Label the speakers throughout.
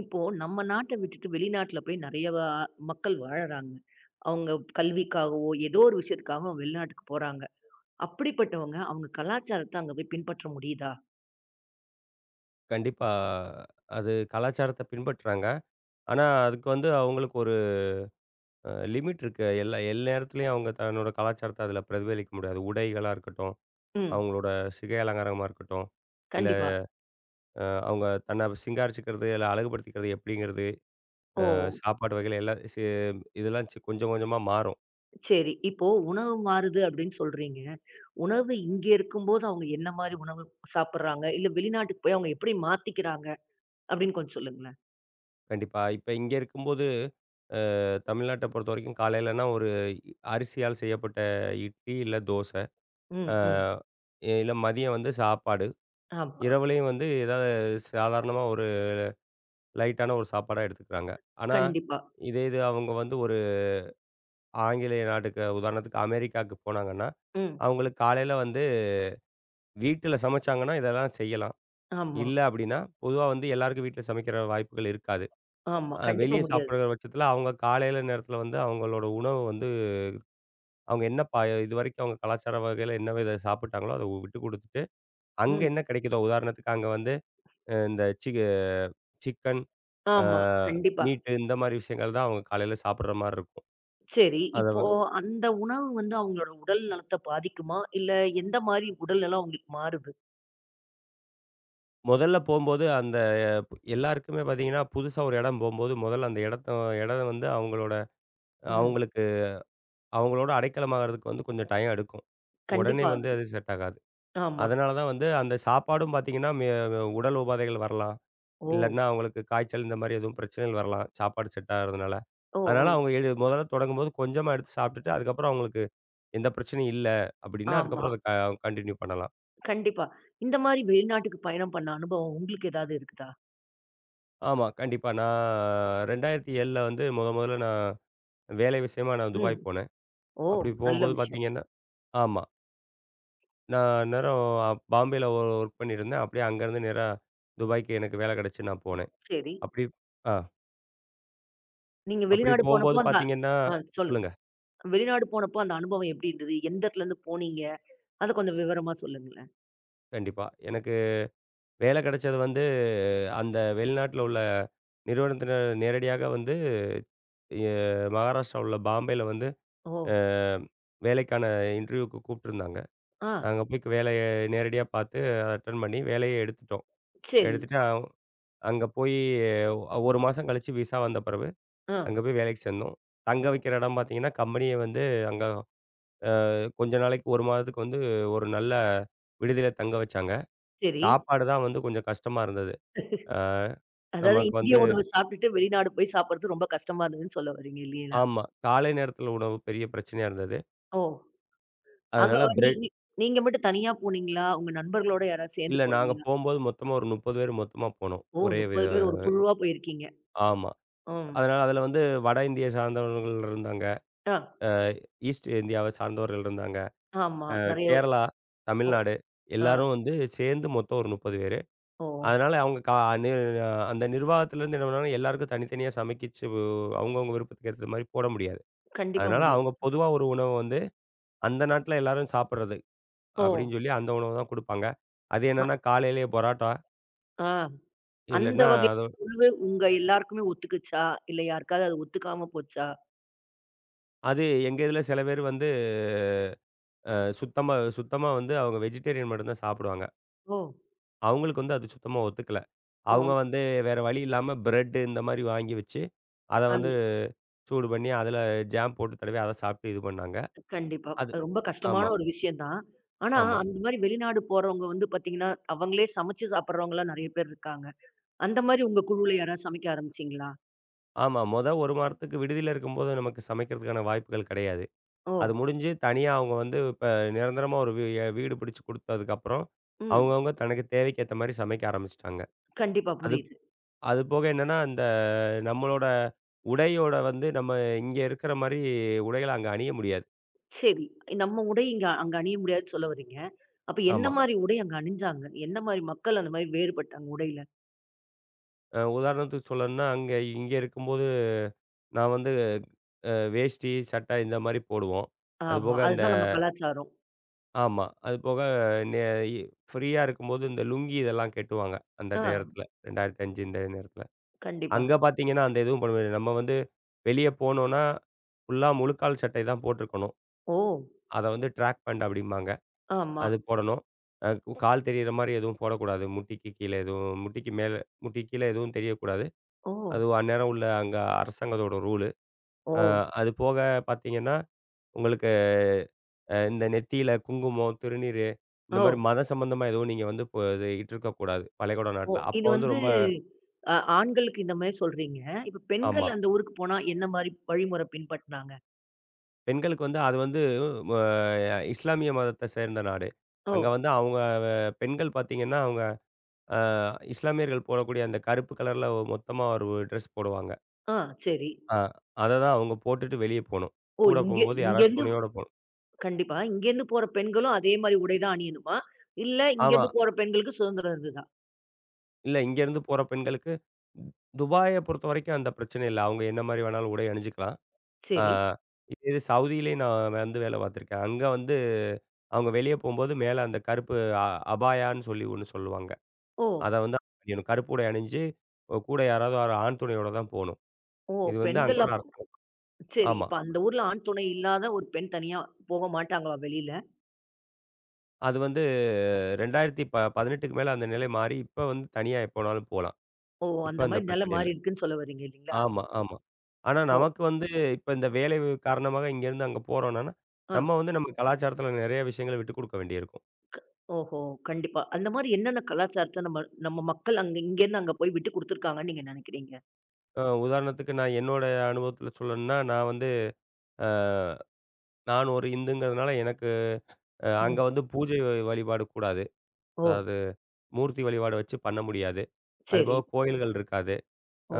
Speaker 1: இப்போ நம்ம நாட்ட விட்டுட்டு வெளிநாட்டுல போய் நெறைய மக்கள் வாழறாங்க. அவங்க கல்விக்காகவோ, ஏதோ ஒரு விஷயத்துக்காக அவங்க வெளிநாட்டுக்கு போறாங்க. அப்படிப்பட்டவங்க அவங்க கலாச்சாரத்த அங்க போய் பின்பற்ற முடியுதா?
Speaker 2: கண்டிப்பா. அது கலாச்சாரத்த பின்பற்றுறாங்க. ஆனா, அதுக்கு வந்து அவங்களுக்கு ஒரு லிமிட் இருக்கு. எல்லா எந்நேரத்துலயும் அவங்க தன்னோட கலாச்சாரத்த அதில பிரதிபலிக்க முடியாது. உடைகளா இருக்கட்டும்,
Speaker 1: ம்.
Speaker 2: அவங்களோட சிகை அலங்காரமா இருக்கட்டும், இல்ல
Speaker 1: கண்டிப்பா.
Speaker 2: அவங்க தன்னை சிங்காரிச்சுக்கிறது, இல்ல அழகுபடுத்திக்கிறது எப்படிங்கிறது,
Speaker 1: ஓ!
Speaker 2: சாப்பாடு வகைகள் எல்லாம் இதெல்லாம் கொஞ்சம் கொஞ்சமா மாறும்.
Speaker 1: சரி. இப்போ உணவு மாறுது அப்படின்னு சொல்றீங்க. உணவு இங்க இருக்கும்போது அவங்க என்ன மாரி உணவு சாப்பிடுறாங்க? இல்ல வெளிநாட்டுக்கு போய் அவங்க எப்படி மாத்திக்கிறாங்க? அப்படின்னு கொஞ்சம் சொல்லுங்களேன்.
Speaker 2: கண்டிப்பா. இப்ப இங்க இருக்கும்போது தமிழ்நாட்ட பொறுத்தவரைக்கும் காலையிலனா ஒரு அரிசியால் செய்யப்பட்ட இட்லி, இல்ல தோசை. அ
Speaker 1: ம், ம்.
Speaker 2: இல்ல மதியம் வந்து சாப்பாடு.
Speaker 1: ஆமா.
Speaker 2: இரவுலயும் வந்து ஏதாவது சாதாரணமா ஒரு லைட்டான ஒரு சாப்பாடா எடுத்துக்கிறாங்க. ஆனா,
Speaker 1: கண்டிப்பா.
Speaker 2: இதே இது அவங்க வந்து ஒரு ஆங்கிலேய நாட்டுக்கு உதாரணத்துக்கு அமெரிக்காவுக்கு போனாங்கன்னா,
Speaker 1: ம்.
Speaker 2: அவங்களுக்கு காலையில வந்து வீட்ல சமைச்சாங்கன்னா இதெல்லாம் செய்யலாம்.
Speaker 1: ஆமா,
Speaker 2: இல்ல அப்டின்னா, பொதுவா வந்து எல்லாருக்கும் வீட்ல சமைக்கிற வாய்ப்புகள் இருக்காது.
Speaker 1: ஆமா. கண்டிப்பா
Speaker 2: வெளிய
Speaker 1: முடியாது.
Speaker 2: சாப்பிடுற பட்சத்தில அவங்க காலையில நேரத்தில வந்து அவங்களோட உணவு வந்து அவங்க என்ன ப இதுவரைக்கும் அவங்க கலாச்சார வகையில என்ன வித சாப்பிட்டாங்களோ, அத விட்டு குடுத்துட்டு, அங்க என்ன
Speaker 1: ம்.
Speaker 2: கிடைக்குதோ உதாரணத்துக்கு அங்க வந்து இந்த சிக்கன் அ
Speaker 1: ஆமா. கண்டிப்பா.
Speaker 2: மீட்டு இந்த மாரி விஷயங்கள் தான் அவங்க காலையில சாப்பிடுற மாரி இருக்கும்.
Speaker 1: சரி.
Speaker 2: அத வ
Speaker 1: இப்போ அந்த உணவு வந்து அவங்களோட உடல் நலத்த பாதிக்குமா? இல்ல எந்த மாரி உடல் நலம் அவங்களுக்கு மாறுது?
Speaker 2: முதல்ல போம்போது அந்த எல்லாருக்குமே பார்த்தீங்கன்னா, புதுசா ஒரு இடம் போம்போது முதல்ல அந்த இடத்த இடம் வந்து அவங்களோட
Speaker 1: ம்.
Speaker 2: அவங்களுக்கு அவங்களோட அடைக்கலமாகறதுக்கு வந்து கொஞ்சம் டைம் எடுக்கும். உடனே
Speaker 1: கண்டிப்பா
Speaker 2: வந்து
Speaker 1: ஆகுது.
Speaker 2: அது செட் ஆகாது.
Speaker 1: ஆமா.
Speaker 2: அதனால தான் வந்து அந்த சாப்பாடும் பார்த்தீங்கன்னா, உடல் உபாதைகள் வரலாம்.
Speaker 1: ஓ!
Speaker 2: இல்லாட்டினா அவங்களுக்கு காய்ச்சல் இந்த மாரி எதுவும் பிரச்சனைகள் வரலாம். சாப்பாடு செட் ஆகாததுனால.
Speaker 1: ஓ!
Speaker 2: அதனால
Speaker 1: ஓ!
Speaker 2: அவங்க முதல்ல தொடங்கும்போது கொஞ்சமா எடுத்து சாப்பிட்டுட்டு, அதுக்கப்புறம் அவங்களுக்கு எந்த பிரச்சனையும் இல்ல அப்படின்னா,
Speaker 1: ஆமா.
Speaker 2: அதுக்கப்புறம் அத க கன்டின்யூ பண்ணலாம்.
Speaker 1: கண்டிப்பா. இந்த மாரி வெளிநாட்டுக்கு பயணம் பண்ண அனுபவம் உங்களுக்கு ஏதாவது இருக்குதா?
Speaker 2: ஆமா, கண்டிப்பா. நான் 2007ல வந்து மொதல்ல நான் வேலை விஷயமா நான்
Speaker 1: ம்.
Speaker 2: துபாய் போனேன்.
Speaker 1: ஓ!
Speaker 2: அப்படி
Speaker 1: நல்ல
Speaker 2: போம்போது
Speaker 1: விஷயம்.
Speaker 2: பார்த்தீங்கன்னா ஆமா. நான் அந்நேரம் பாம்பேல ஒர்க் பண்ணிட்டுருந்தேன். அப்படியே அங்கேருந்து நேரா துபாய்க்கு எனக்கு வேலை கிடைச்சு நான் போனேன்.
Speaker 1: சரி.
Speaker 2: அப்படி ஆ
Speaker 1: நீங்க
Speaker 2: அப்படி
Speaker 1: வெளிநாடு போனப்போ
Speaker 2: போம்போது
Speaker 1: அந்த
Speaker 2: பார்த்தீங்கன்னா
Speaker 1: ஆ சொல்லுங்க.
Speaker 2: சொல்லுங்க.
Speaker 1: வெளிநாடு போனப்போ அந்த அனுபவம் எப்படி இருந்தது? எந்த இடத்துலருந்து போனீங்க? அத கொஞ்சம் விவரமா சொல்லுங்களேன்.
Speaker 2: கண்டிப்பா. எனக்கு வேலை கிடைச்சது வந்து அந்த வெளிநாட்ல உள்ள நிறுவனத்தினர் நேரடியாக வந்து எ மகாராஷ்டிரா உள்ள பாம்பேல வந்து அ
Speaker 1: ஓ!
Speaker 2: வேலைக்கான இன்டர்வியூக்கு கூப்பிட்டுருந்தாங்க.
Speaker 1: ஆ.
Speaker 2: நாங்க போய் வேலைய நேரடியா பார்த்து அட்டெண்ட் பண்ணி வேலைய எடுத்துட்டோம்.
Speaker 1: சரி.
Speaker 2: எடுத்துட்டு அ அங்க போயி அ 1 மாசம் கழிச்சு விசா வந்த பிறவு,
Speaker 1: ஆ.
Speaker 2: அங்க போய் வேலைக்கு சேர்ந்தோம். தங்க
Speaker 1: ஓ!
Speaker 2: வைக்கிற இடம் பார்த்தீங்கன்னா, கம்பெனியே வந்து அங்க கொஞ்ச நாளைக்கு 1 மாதத்துக்கு வந்து ஒரு நல்ல விடுதியில தங்க வச்சாங்க.
Speaker 1: சரி.
Speaker 2: சாப்பாடு தான் வந்து கொஞ்சம் கஷ்டமா இருந்தது. அ
Speaker 1: அதாவது
Speaker 2: நமக்கு
Speaker 1: இந்திய
Speaker 2: வந்து
Speaker 1: உணவு சாப்பிட்டுட்டு வெளிநாடு போய் சாப்பிடுறது ரொம்ப கஷ்டமா இருந்ததுன்னு சொல்ல வரீங்க இல்லீங்களா?
Speaker 2: ஆமா. காலை நேரத்தில உணவு பெரிய பிரச்சனையா இருந்தது.
Speaker 1: ஓ! அங்க
Speaker 2: அதனால
Speaker 1: வ நீ
Speaker 2: பிரெட்
Speaker 1: நீ நீங்க மட்டும் தனியா போனீங்களா? உங்க நண்பர்களோட யாராவது சேர்ந்து
Speaker 2: இல்ல நாங்க
Speaker 1: போனீங்களா?
Speaker 2: போம்போது மொத்தமா ஒரு 30 பேர் மொத்தமா போனோம்.
Speaker 1: ஓ!
Speaker 2: ஒரே வித
Speaker 1: 30 பேர் ஒரு குழுவா போயிருக்கீங்க.
Speaker 2: ஆமா.
Speaker 1: ம்.
Speaker 2: அதனால அதில வந்து வட இந்திய சார்ந்தவர்கள் இருந்தாங்க.
Speaker 1: ஆ.
Speaker 2: ஈஸ்ட் இந்தியாவ சார்ந்தவர்கள் இருந்தாங்க.
Speaker 1: ஆமா.
Speaker 2: அ
Speaker 1: நெறைய
Speaker 2: கேரளா,
Speaker 1: ஓ!
Speaker 2: தமிழ்நாடு
Speaker 1: ஆ.
Speaker 2: எல்லாரும் வந்து சேர்ந்து மொத்தம் ஒரு 30 பேரு.
Speaker 1: ஓ!
Speaker 2: அதனால அவங்க கா நி அந்த நிர்வாகத்திலருந்து என்ன பண்ணாங்கன்னா, எல்லாருக்கும் தனித்தனியா சமைக்கிச்சு வ் அவங்கவங்க விருப்பத்துக்கு ஏத்த மாரி போட முடியாது.
Speaker 1: கண்டிப்பா
Speaker 2: அதனால
Speaker 1: முடியாது.
Speaker 2: அவங்க பொதுவா ஒரு உணவு வந்து, அந்த நாட்ல எல்லாரும் சாப்பிடுறது
Speaker 1: ஓ!
Speaker 2: அப்படின்னு சொல்லி அந்த உணவு தான் குடுப்பாங்க. அது
Speaker 1: அ
Speaker 2: என்னன்னா காலையிலேயே பரோட்டா,
Speaker 1: ஆ. அந்த
Speaker 2: இல்லன்னா
Speaker 1: வகை
Speaker 2: அது
Speaker 1: உணவு உங்க எல்லாருக்குமே ஒத்துக்குச்சா? இல்ல யாருக்காவது அது ஒத்துக்காம போச்சா?
Speaker 2: அது எங்க இதுல சில பேர் வந்து அ சுத்தமா சுத்தமா வந்து அவங்க வெஜிடேரியன் மட்டும் தான் சாப்பிடுவாங்க.
Speaker 1: ஓ!
Speaker 2: அவங்களுக்கு வந்து அது சுத்தமா ஒத்துக்கல.
Speaker 1: ஓ!
Speaker 2: அவங்க வந்து வேற வழி இல்லாம பிரெட் இந்த மாரி வாங்கி வச்சு, அத
Speaker 1: அந்
Speaker 2: வந்து சூடு பண்ணி அதில ஜாம் போட்டு தடவி அத சாப்பிட்டு இது பண்ணாங்க.
Speaker 1: கண்டிப்பா.
Speaker 2: அது
Speaker 1: ரொம்ப
Speaker 2: ஆமா,
Speaker 1: கஷ்டமான ஒரு விஷயம் தான். ஆனா,
Speaker 2: ஆமா,
Speaker 1: அந்த மாரி வெளிநாடு போறவங்க வந்து பார்த்தீங்கன்னா, அவங்களே சமைச்சு சாப்பிடுறவங்கலாம் நெறைய பேர் இருக்காங்க. அந்த மாரி உங்க குழுவுல யாராவது சமைக்க ஆரம்பிச்சீங்களா?
Speaker 2: ஆமா. 1 வாரத்துக்கு விடுதியில இருக்கும்போது நமக்கு சமைக்கிறதுக்கான வாய்ப்புகள் கிடையாது.
Speaker 1: ஓ!
Speaker 2: அது முடிஞ்சு தனியா அவங்க வந்து இப்ப நிரந்தரமா ஒரு வீடு பிடிச்சு குடுத்ததுக்கப்புறம்,
Speaker 1: ம்.
Speaker 2: அவங்கவங்க தனக்கு தேவைக்கு ஏத்த மாரி சமைக்க ஆரம்பிச்சுட்டாங்க.
Speaker 1: கண்டிப்பா
Speaker 2: அது
Speaker 1: புரியுது.
Speaker 2: அது போக என்னன்னா, இந்த நம்மளோட உடையோட வந்து நம்ம இங்க இருக்கிற மாரி உடைகள அங்க அணிய முடியாது.
Speaker 1: சரி. நம்ம உடை இங்க அங்க அணிய முடியாதுன்னு சொல்ல வர்றீங்க. அப்ப எந்த
Speaker 2: ஆமா.
Speaker 1: மாரி உடை அங்க அணிஞ்சாங்க? எந்த மாரி மக்கள் அந்த மாரி வேறுபட்டாங்க உடையில?
Speaker 2: உதாரணத்துக்கு சொல்லணும்னா, அங்க இங்க இருக்கும்போது நான் வந்து வேஷ்டி, சட்டை இந்த மாரி போடுவோம்.
Speaker 1: ஆமா.
Speaker 2: அதுபோக இந்த
Speaker 1: அதுதான் நம்ம கலாச்சாரம்.
Speaker 2: ஆமா. அதுபோக நெ இ ஃப்ரீயா இருக்கும்போது இந்த லுங்கி இதெல்லாம் கட்டுவாங்க. அந்த
Speaker 1: ஆ.
Speaker 2: நேரத்துல 2005 இந்த நேரத்துல.
Speaker 1: கண்டிப்பா.
Speaker 2: அங்க பாத்தீங்கன்னா, அந்த எதுவும் பண்ண முடியாது. நம்ம வந்து வெளிய போனோம்னா, ஃபுல்லா முழுக்கால் சட்டை தான் போட்டிருக்கணும்.
Speaker 1: ஓ!
Speaker 2: அத வந்து ட்ராக் பேண்ட் அப்படிம்பாங்க.
Speaker 1: ஆமா.
Speaker 2: அது போடணும். அ கால் தெரியிற மாரி எதுவும் போடக்கூடாது. முட்டிக்கு கீழ எதுவும் தெரியக்கூடாது.
Speaker 1: ஓ!
Speaker 2: அது அந்நேரம் உள்ள அங்க அரசாங்கத்தோட ரூலு. அ
Speaker 1: ஓ!
Speaker 2: அது போக பார்த்தீங்கன்னா, உங்களுக்கு இந்த நெத்தியில குங்குமம், திருநீரு இந்த மாரி
Speaker 1: ஓ!
Speaker 2: மதம் சம்பந்தமா எதுவும் நீங்க வந்து இப்போ இது இட்டிருக்கக்கூடாது பள்ளிக்கூட
Speaker 1: ஓ!
Speaker 2: நாட்ல. அப்போ
Speaker 1: இது
Speaker 2: வந்து
Speaker 1: வந்து
Speaker 2: ரொம்ப
Speaker 1: ஓ! அ ஆண்களுக்கு இந்த மாரி சொல்றீங்க. இப்ப
Speaker 2: ஆமா.
Speaker 1: பெண்கள் அந்த ஊருக்கு போனா என்ன மாரி வழிமுறை பின்பற்றினாங்க?
Speaker 2: பெண்களுக்கு வந்து அது வந்து ம இஸ்லாமிய மதத்த சேர்ந்த நாடு.
Speaker 1: ஓ!
Speaker 2: அங்க வந்து அவங்க வ பெண்கள் பார்த்தீங்கன்னா, அவங்க அ இஸ்லாமியர்கள் போடக்கூடிய அந்த கருப்பு கலர்ல மொத்தமா ஒரு ட்ரெஸ் போடுவாங்க.
Speaker 1: ஆ சரி.
Speaker 2: அ அத தான் அவங்க போட்டுட்டு வெளிய போணும்.
Speaker 1: ஓ!
Speaker 2: கூட
Speaker 1: இங்க
Speaker 2: போம்போது யாராவது
Speaker 1: இங்கேருந்து
Speaker 2: துணையோட போணும்.
Speaker 1: கண்டிப்பா. இங்கேருந்து போற பெண்களும் அதே மாரி உடை தான் அணியணுமா? இல்ல
Speaker 2: ஆமா.
Speaker 1: இங்கேருந்து போற பெண்களுக்கு சுதந்திரம் இருந்ததா?
Speaker 2: இல்ல இங்கேருந்து போற பெண்களுக்கு துபாய பொறுத்தவரைக்கும் அந்த பிரச்சனை இல்ல. அவங்க என்ன மாரி வேணாலும் உடை அணிஞ்சுக்கலாம். ஆ
Speaker 1: சரி.
Speaker 2: இதே இது சவுதியிலே நான் வந்து வேலை பார்த்துருக்கேன். அங்க வந்து அவங்க வெளிய போம்போது மேல அந்த கருப்பு அ அபாயான்னு சொல்லி ஒண்ணு சொல்லுவாங்க.
Speaker 1: ஓ!
Speaker 2: அத வந்து அணியணும். கருப்பு உடை அணிஞ்சு கூட யாராவது ஒரு ஆண் துணையோட தான் போணும்.
Speaker 1: ஓ!
Speaker 2: இது வந்து அங்க
Speaker 1: பெண்கள்
Speaker 2: உள்ள அரசாங்கம்
Speaker 1: சரி.
Speaker 2: ஆமா.
Speaker 1: இப்ப அந்த ஊர்ல ஆண் துணை இல்லாத ஒரு பெண் தனியா போக மாட்டாங்களா வெளியில?
Speaker 2: அது வந்து 2018க்கு மேல அந்த நிலை மாறி, இப்ப வந்து தனியா எப்ப வேணாலும் போலாம்.
Speaker 1: ஓ!
Speaker 2: இப்ப
Speaker 1: அந்த
Speaker 2: அந்த
Speaker 1: மாரி நெல
Speaker 2: பிரச்சனை இல்ல.
Speaker 1: மாறி இருக்குன்னு சொல்ல வர்றீங்க இல்லீங்களா?
Speaker 2: ஆமா, ஆமா. ஆனா
Speaker 1: ஓ!
Speaker 2: நமக்கு வந்து இப்ப இந்த வேலை காரணமாக இங்கேருந்து அங்க போறோம்னா,
Speaker 1: ஆ.
Speaker 2: நம்ம வந்து நம்ம கலாச்சாரத்தில நெறைய விஷயங்கள விட்டுக் குடுக்க வேண்டியிருக்கும்.
Speaker 1: ஓஹோ! கண்டிப்பா. அந்த மாரி என்னென்ன கலாச்சாரத்த நம்ம நம்ம மக்கள் அங்க இங்கேருந்து அங்க போய் விட்டு குடுத்துருக்காங்கன்னு நீங்க நெனைக்கிறீங்க?
Speaker 2: உதாரணத்துக்கு நான் என்னோட அனுபவத்தில சொல்லணும்னா, நான் வந்து அ நான் ஒரு இந்துங்கிறதுனால எனக்கு அங்க
Speaker 1: ம்.
Speaker 2: வந்து பூஜை வழிபாடு கூடாது.
Speaker 1: ஓ!
Speaker 2: அதாவது மூர்த்தி வழிபாடு வச்சு பண்ண முடியாது.
Speaker 1: சரி.
Speaker 2: அதுபோக கோயில்கள் இருக்காது.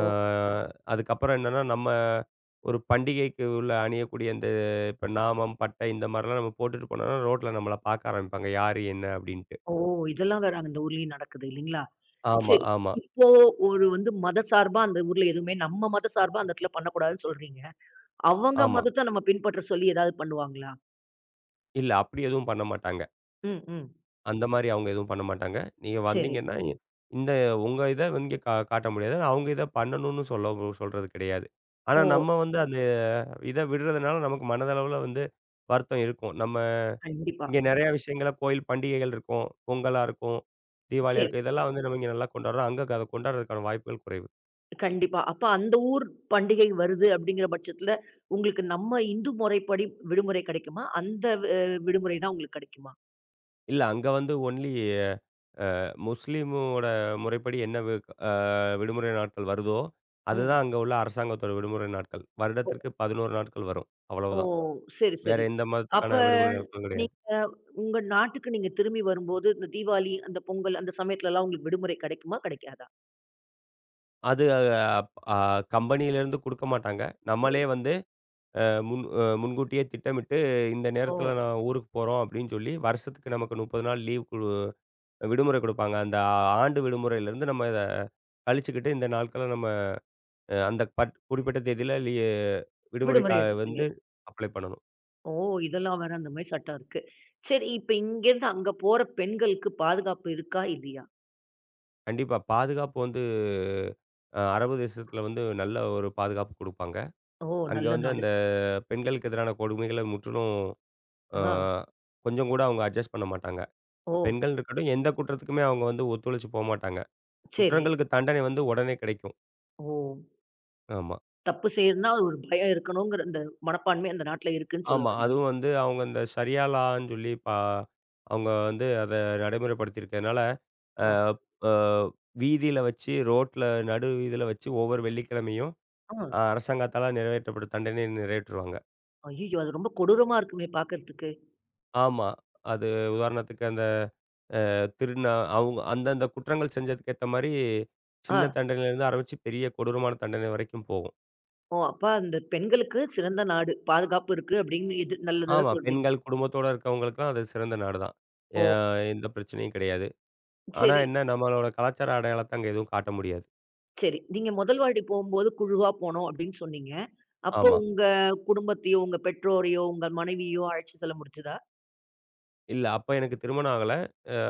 Speaker 2: அ அதுக்கப்புறம் என்னன்னா, நம்ம ஒரு பண்டிகைக்கு உள்ள அணியக்கூடிய இந்த இப்ப நாமம், பட்டை இந்த மாரிலாம் நம்ம போட்டுட்டு போனோம்னா, ரோட்ல நம்மள பாக்க ஆரம்பிப்பாங்க. யாரு? என்ன? அப்படின்னு.
Speaker 1: ஓ! இதெல்லாம் வேற அந்த ஊர்லயும் நடக்குது இல்லீங்களா?
Speaker 2: ஆமா,
Speaker 1: சரி.
Speaker 2: ஆமா,
Speaker 1: இப்போ ஒரு வந்து மத சார்பா அந்த ஊர்ல எதுவுமே நம்ம மத சார்பா அந்த இடத்துல பண்ணக்கூடாதுன்னு சொல்றீங்க. அவங்க
Speaker 2: ஆமா.
Speaker 1: மதத்த நம்ம பின்பற்ற சொல்லி ஏதாவது பண்ணுவாங்களா?
Speaker 2: இல்ல அப்படி எதுவும் பண்ண மாட்டாங்க.
Speaker 1: ம், ம்.
Speaker 2: அந்த மாரி அவங்க எதுவும் பண்ண மாட்டாங்க. நீங்க
Speaker 1: சரி.
Speaker 2: வந்தீங்கன்னா, ம். இந்த உங்க இத இங்க காட்ட முடியாது. அவங்க இத பண்ணணும்னு சொல்ல சொல்றது கிடையாது. ஆனா
Speaker 1: ஓ!
Speaker 2: நம்ம வந்து அந்த இத விடுறதுனால நமக்கு மனதளவுல வந்து வருத்தம் இருக்கும். நம்ம
Speaker 1: கண்டிப்பா.
Speaker 2: இங்க நெறைய விஷயங்கள கோயில் பண்டிகைகள் இருக்கும். பொங்கலா இருக்கும், தீபாவளியா
Speaker 1: சரி.
Speaker 2: இருக்கும். இதெல்லாம் வந்து நம்ம இங்க நல்லா கொண்டாடுறோம். அங்க அத கொண்டாடுறதுக்கான வாய்ப்புகள் குறைவு.
Speaker 1: கண்டிப்பா. அப்ப அந்த ஊர் பண்டிகை வருது அப்படிங்கிற பட்சத்துல, உங்களுக்கு நம்ம இந்து முறைப்படி விடுமுறை கிடைக்குமா? அந்த அ விடுமுறை தான் உங்களுக்கு கிடைக்குமா?
Speaker 2: இல்ல அங்க வந்து ஒன்லி முஸ்லீமோட முறைப்படி என்ன வி அ விடுமுறை நாட்கள் வருதோ, அதுதான்
Speaker 1: ம்.
Speaker 2: அங்க உள்ள அரசாங்கத்தோட விடுமுறை நாட்கள்.
Speaker 1: ஓ
Speaker 2: வருடத்திற்கு 11 நாட்கள் வரும்.
Speaker 1: ஓ!
Speaker 2: அவ்வளவுதான்.
Speaker 1: சரி,
Speaker 2: வேற
Speaker 1: சரி.
Speaker 2: எந்த
Speaker 1: அப்ப
Speaker 2: மதத்துக்கான விடுமுறை நாட்களும் கிடையாது.
Speaker 1: நீங்க உங்க நாட்டுக்கு நீங்க திரும்பி வரும்போது, இந்த தீபாவளி, அந்த பொங்கல் அந்த சமயத்துலலாம் உங்களுக்கு விடுமுறை கிடைக்குமா? கிடைக்காதா?
Speaker 2: அது அப் அ கம்பெனியிலேருந்து குடுக்க மாட்டாங்க. நம்மளே
Speaker 1: ம்.
Speaker 2: வந்து அ முன் அ முன்கூட்டியே திட்டமிட்டு, இந்த
Speaker 1: ஓ!
Speaker 2: நேரத்தில நான் ஊருக்கு போறோம் அப்டின்னு சொல்லி, வருஷத்துக்கு நமக்கு 30 நாள் லீவ் விடுமுறை குடுப்பாங்க. அந்த ஆண்டு விடுமுறையிலேருந்து நம்ம இத கழிச்சுக்கிட்டு, இந்த நாட்கள நம்ம அந்த குறிப்பிட்ட தேதியில
Speaker 1: விடுமுறை
Speaker 2: விடுமுறைக்கு
Speaker 1: எடுத்துப்பீங்க.
Speaker 2: வந்து அப்ளை பண்ணணும்.
Speaker 1: ஓ! இதெல்லாம் வேற அந்த மாரி சட்டம் இருக்கு. சரி, இப்ப இங்கேருந்து அங்க போற பெண்களுக்கு பாதுகாப்பு இருக்கா? இல்லையா?
Speaker 2: கண்டிப்பா. பாதுகாப்பு வந்து அரபு தேசத்தில வந்து நல்ல ஒரு பாதுகாப்பு குடுப்பாங்க.
Speaker 1: ஓ!
Speaker 2: அங்க
Speaker 1: நல்ல
Speaker 2: வந்து
Speaker 1: நாடு.
Speaker 2: அந்த பெண்களுக்கு எதிரான கொடுமைகள முற்றிலும் அ
Speaker 1: ஆ.
Speaker 2: கொஞ்சம் கூட அவங்க அட்ஜஸ்ட் பண்ண மாட்டாங்க.
Speaker 1: ஓ!
Speaker 2: பெண்கள் இருக்கட்டும், எந்த குற்றத்துக்குமே அவங்க வந்து ஒத்துழைச்சு போமாட்டாங்க.
Speaker 1: சரி.
Speaker 2: குற்றங்களுக்கு தண்டனை வந்து உடனே கிடைக்கும்.
Speaker 1: ஓ!
Speaker 2: ஆமா.
Speaker 1: தப்பு செய்யறதுன்னா ஒரு பயம் இருக்கணுங்கிற அந்த மனப்பான்மை அந்த நாட்ல இருக்குன்னு சொல்ல
Speaker 2: ஆமா.
Speaker 1: வர்றீங்க.
Speaker 2: அதுவும் வந்து அவங்க இந்த ஷரியா லான்னு சொல்லி அவங்க வந்து அத நடைமுறைப்படுத்தியிருக்கிறதுனால, அ
Speaker 1: ஆ,
Speaker 2: அ வீதியில வச்சு, ரோட்ல நடு வீதியில வச்சு ஒவ்வொரு வெள்ளிக்கிழமையும்
Speaker 1: ஆ.
Speaker 2: அ அரசாங்கத்தால நிறைவேற்றப்பட்ட தண்டனைய நிறைவேற்றுவாங்க.
Speaker 1: ஐயய்யோ! அது ரொம்ப கொடூரமா இருக்குமே பார்க்கறதுக்கு.
Speaker 2: ஆமா. அது உதாரணத்துக்கு அந்த திருடின அவுங்க அந்தந்த குற்றங்கள் செஞ்சதுக்கு ஏத்த மாரி,
Speaker 1: ஆ.
Speaker 2: சின்ன தண்டனையிலருந்து ஆரம்பிச்சு பெரிய கொடூரமான தண்டனை வரைக்கும் போகும்.
Speaker 1: ஓ! அப்ப அந்த பெண்களுக்கு சிறந்த நாடு. பாதுகாப்பு இருக்கு அப்படின்னு எது நல்லதா
Speaker 2: ஆமா.
Speaker 1: சொல்றீங்க.
Speaker 2: பெண்கள் குடும்பத்தோட இருக்கவங்களுக்குலாம் அது சிறந்த நாடு தான். அ
Speaker 1: ஓ!
Speaker 2: எந்த பிரச்சனையும் கிடையாது. ஆனா
Speaker 1: சரி,
Speaker 2: என்ன நம்மளோட கலாச்சார அடையாளத்த அங்க எதுவும் காட்ட முடியாது.
Speaker 1: சரி. நீங்க முதல் வாட்டி போம்போது குழுவா போனோம் அப்படின்னு சொன்னீங்க. அப்போ
Speaker 2: ஆமா.
Speaker 1: உங்க குடும்பத்தையோ, உங்க பெற்றோரையோ, உங்க மனைவியோ அழைச்சு செல்ல முடிஞ்சதா?
Speaker 2: இல்ல அப்ப எனக்கு திருமணம் ஆகல.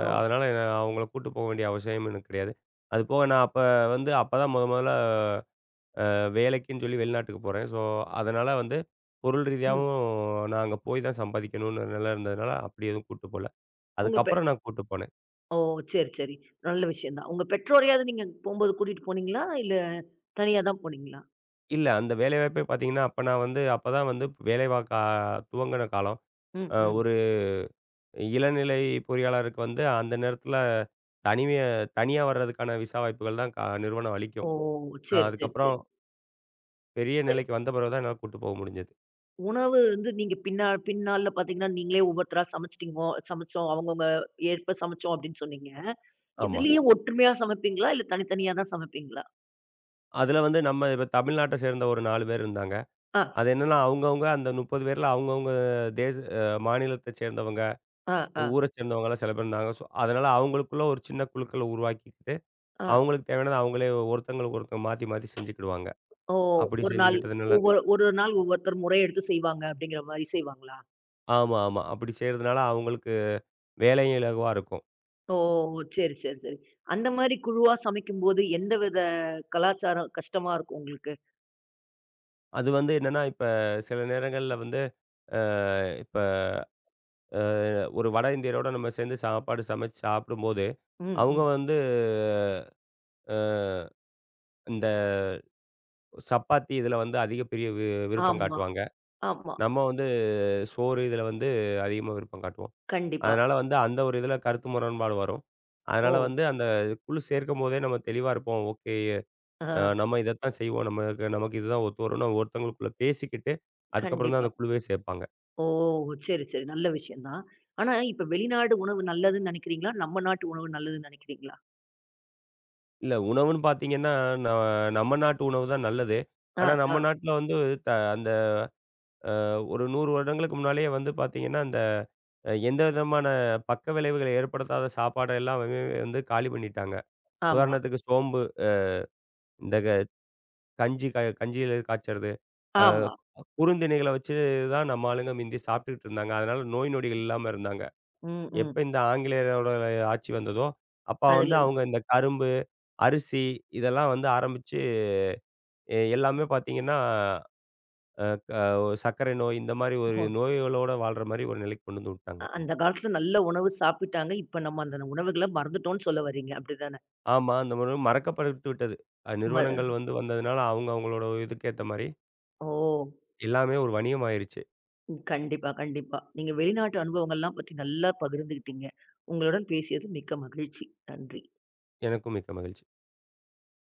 Speaker 1: ஓ!
Speaker 2: அதனால என்ன அவங்கள கூட்டு போக வேண்டிய அவசியம் எனக்கு கிடையாது. அது போக நான் அப்ப வந்து அப்ப தான் மொத மொதல்ல வேலைக்குன்னு சொல்லி வெளிநாட்டுக்கு போறேன். ஸோ, அதனால வந்து பொருள்
Speaker 1: ம்.
Speaker 2: ரீதியாவும் நான் அங்க போய் தான் சம்பாதிக்கணும்னு நிலை இருந்ததுனால, அப்படி எதுவும் கூட்டு போல.
Speaker 1: உங்க
Speaker 2: அதுக்கப்புறம் நான் கூட்டு போனேன்.
Speaker 1: ஓ! சரி, சரி. நல்ல விஷயம் தான். உங்க பெற்றோரையாவது நீங்க போம்போது கூட்டிட்டு போனீங்களா? இல்ல தனியா தான் போனீங்களா?
Speaker 2: இல்ல அந்த வேலைவாய்ப்பே பார்த்தீங்கன்னா, அப்ப தான் வந்து வேலைவா கா துவங்குன காலம்.
Speaker 1: ம், ம்.
Speaker 2: ஒரு இளநிலை பொறியாளருக்கு வந்து அந்த நேரத்தில தனிமைய தனியா வர்றதுக்கான விசா வாய்ப்புகள் தான் நிறுவனம்
Speaker 1: ஓ!
Speaker 2: அளிக்கும். நான்
Speaker 1: சரி, சரி,
Speaker 2: அதுக்கப்புறம்
Speaker 1: சரி.
Speaker 2: பெரிய
Speaker 1: சரி.
Speaker 2: நிலைக்கு வந்த பிறகு தான் என்னால கூட்டு போக முடிஞ்சது.
Speaker 1: உணவு வந்து நீங்க பின்னா பின்னாள்ல பார்த்தீங்கன்னா, நீங்களே ஒவ்வொருத்தரா சமைச்சுட்டீங்கோ சமைச்சோம். அவங்கவங்க ஏற்ப சமைச்சோம் அப்படின்னு சொன்னீங்க.
Speaker 2: ஆமா.
Speaker 1: இதுலயே ஒற்றுமையா சமைப்பீங்களா? இல்ல தனித்தனியா தான் சமைப்பீங்களா?
Speaker 2: அதுல வந்து நம்ம இப்ப தமிழ்நாட்ட சேர்ந்த ஒரு 4 பேர் இருந்தாங்க.
Speaker 1: ஆ,
Speaker 2: அது என்னன்னா, அவங்கவங்க அந்த 30 பேர்ல அவங்கவங்க தேச அ மாநிலத்த சேர்ந்தவங்க,
Speaker 1: ஆ, ஆ,
Speaker 2: ஊர சேர்ந்தவங்கலாம் சில பேர் இருந்தாங்க. ஸோ, அதனால அவங்களுக்குள்ள ஒரு சின்ன குழுக்கள உருவாக்கிக்கிட்டு,
Speaker 1: ஆ.
Speaker 2: அவங்களுக்கு தேவையானத அவங்களே ஒருத்தங்களுக்கு ஒருத்தங்க மாத்தி மாத்தி செஞ்சுக்கிடுவாங்க.
Speaker 1: ஓ!
Speaker 2: அப்படி
Speaker 1: ஒரு நாள்
Speaker 2: செஞ்சுக்கிட்டதுனால
Speaker 1: ஒவ்வொரு ஒரு நாள் ஒவ்வொருத்தர் முறை எடுத்து செய்வாங்க அப்படிங்கிற மாரி செய்வாங்களா?
Speaker 2: ஆமா, ஆமா. அப்படி செய்றதுனால அவங்களுக்கு வேலையும் இலகுவா இருக்கும்.
Speaker 1: ஓ! சரி, சரி, சரி. அந்த மாரி குழுவா சமைக்கும்போது எந்த வித கலாச்சாரம் கஷ்டமா இருக்கும் உங்களுக்கு?
Speaker 2: அது வந்து என்னன்னா, இப்ப சில நேரங்கள்ல வந்து அ இப்ப அ ஒரு வட இந்தியரோட நம்ம சேர்ந்து சாப்பாடு சமைச்சு சாப்பிடும்போது,
Speaker 1: ம்,
Speaker 2: அவங்க
Speaker 1: ம்.
Speaker 2: வந்து அ இந்த சப்பாத்தி இதில வந்து அதிக பெரிய விருப்பம்
Speaker 1: ஆமா,
Speaker 2: காட்டுவாங்க.
Speaker 1: ஆமா.
Speaker 2: நம்ம வந்து சோறு இதில வந்து அதிகமா விருப்பம் காட்டுவோம்.
Speaker 1: கண்டிப்பா.
Speaker 2: அதனால வந்து அந்த ஒரு இதில கருத்து முரண்பாடு வரும்.
Speaker 1: ஓ!
Speaker 2: அதனால வந்து அந்த குழு சேர்க்கும்போதே நம்ம தெளிவா இருப்போம். ஓகே,
Speaker 1: ஆ.
Speaker 2: நம்ம இதத்தான் செய்வோம். நமக்கு நமக்கு இதுதான் ஒத்து வரும்னு ஒருத்தவங்களுக்குள்ள பேசிக்கிட்டு, அதுக்கப்புறம் தான்
Speaker 1: கண்டிப்பா.
Speaker 2: அந்த குழுவே சேர்ப்பாங்க.
Speaker 1: ஓ! சரி, சரி. நல்ல விஷயம் தான். ஆனா, இப்ப வெளிநாடு உணவு நல்லதுன்னு நினைக்கிறீங்களா? நம்ம நாட்டு உணவு நல்லதுன்னு நினைக்கிறீங்களா?
Speaker 2: இல்ல உணவுன்னு பார்த்தீங்கன்னா, ந நம்ம நாட்டு உணவு தான் நல்லது.
Speaker 1: ஆ,
Speaker 2: ஆனா நம்ம
Speaker 1: ஆ.
Speaker 2: நாட்ல வந்து த ஒரு 100 வருடங்களுக்கு முன்னாலேயே வந்து பார்த்தீங்கன்னா, அந்த எந்த விதமான பக்க விளைவுகளை ஏற்படுத்தாத சாப்பாட எல்லாமே வந்து வந்து காலி பண்ணிட்டாங்க.
Speaker 1: ஆமா,
Speaker 2: உதாரணத்துக்கு சோம்பு, இந்த க கஞ்சி க கஞ்சியில காய்ச்சறது, அ
Speaker 1: ஆமா.
Speaker 2: குறுந்திணைகள வச்சு தான் நம்ம ஆளுங்க மிந்தி சாப்பிட்டுக்கிட்டு இருந்தாங்க. அதனால நோய் நொடிகள் இல்லாம இருந்தாங்க.
Speaker 1: ம்,
Speaker 2: எப்ப
Speaker 1: ம்.
Speaker 2: இந்த ஆங்கிலேயரோட ஆட்சி வந்ததோ, அப்ப
Speaker 1: அதுல
Speaker 2: வந்து
Speaker 1: இருந்து-
Speaker 2: அவங்க இந்த கரும்பு, அரிசி இதெல்லாம் வந்து ஆரம்பிச்சு எல்லாமே பார்த்தீங்கன்னா, அ க சர்க்கரை நோய் இந்த மாரி ஒரு
Speaker 1: ஓ!
Speaker 2: நோய்களோட வாழ்ற மாரி ஒரு நிலைக்கு கொண்டு வந்து விட்டாங்க.
Speaker 1: அ- அந்த காலத்துல நல்ல உணவு சாப்பிட்டாங்க. இப்ப நம்ம அந்த உணவுகள மறந்துட்டோம்ன்னு சொல்ல வர்றீங்க. அப்படிதானே?
Speaker 2: ஆமா. அந்த முறை மறக்கப்பட்டு விட்டது.
Speaker 1: ம
Speaker 2: நிறுவனங்கள் வந்து வந்ததுனால, அவங்க அவங்களோட இதுக்கு ஏத்த மாரி
Speaker 1: ஓ!
Speaker 2: எல்லாமே ஒரு வணிகமாயிருச்சு.
Speaker 1: ம், கண்டிப்பா, கண்டிப்பா. நீங்க வெளிநாட்டு அனுபவங்கள்லாம் பத்தி நல்லா பகிர்ந்துகிட்டீங்க. உங்களுடன் பேசியது மிக்க மகிழ்ச்சி. நன்றி.
Speaker 2: எனக்கும் மிக்க மகிழ்ச்சி.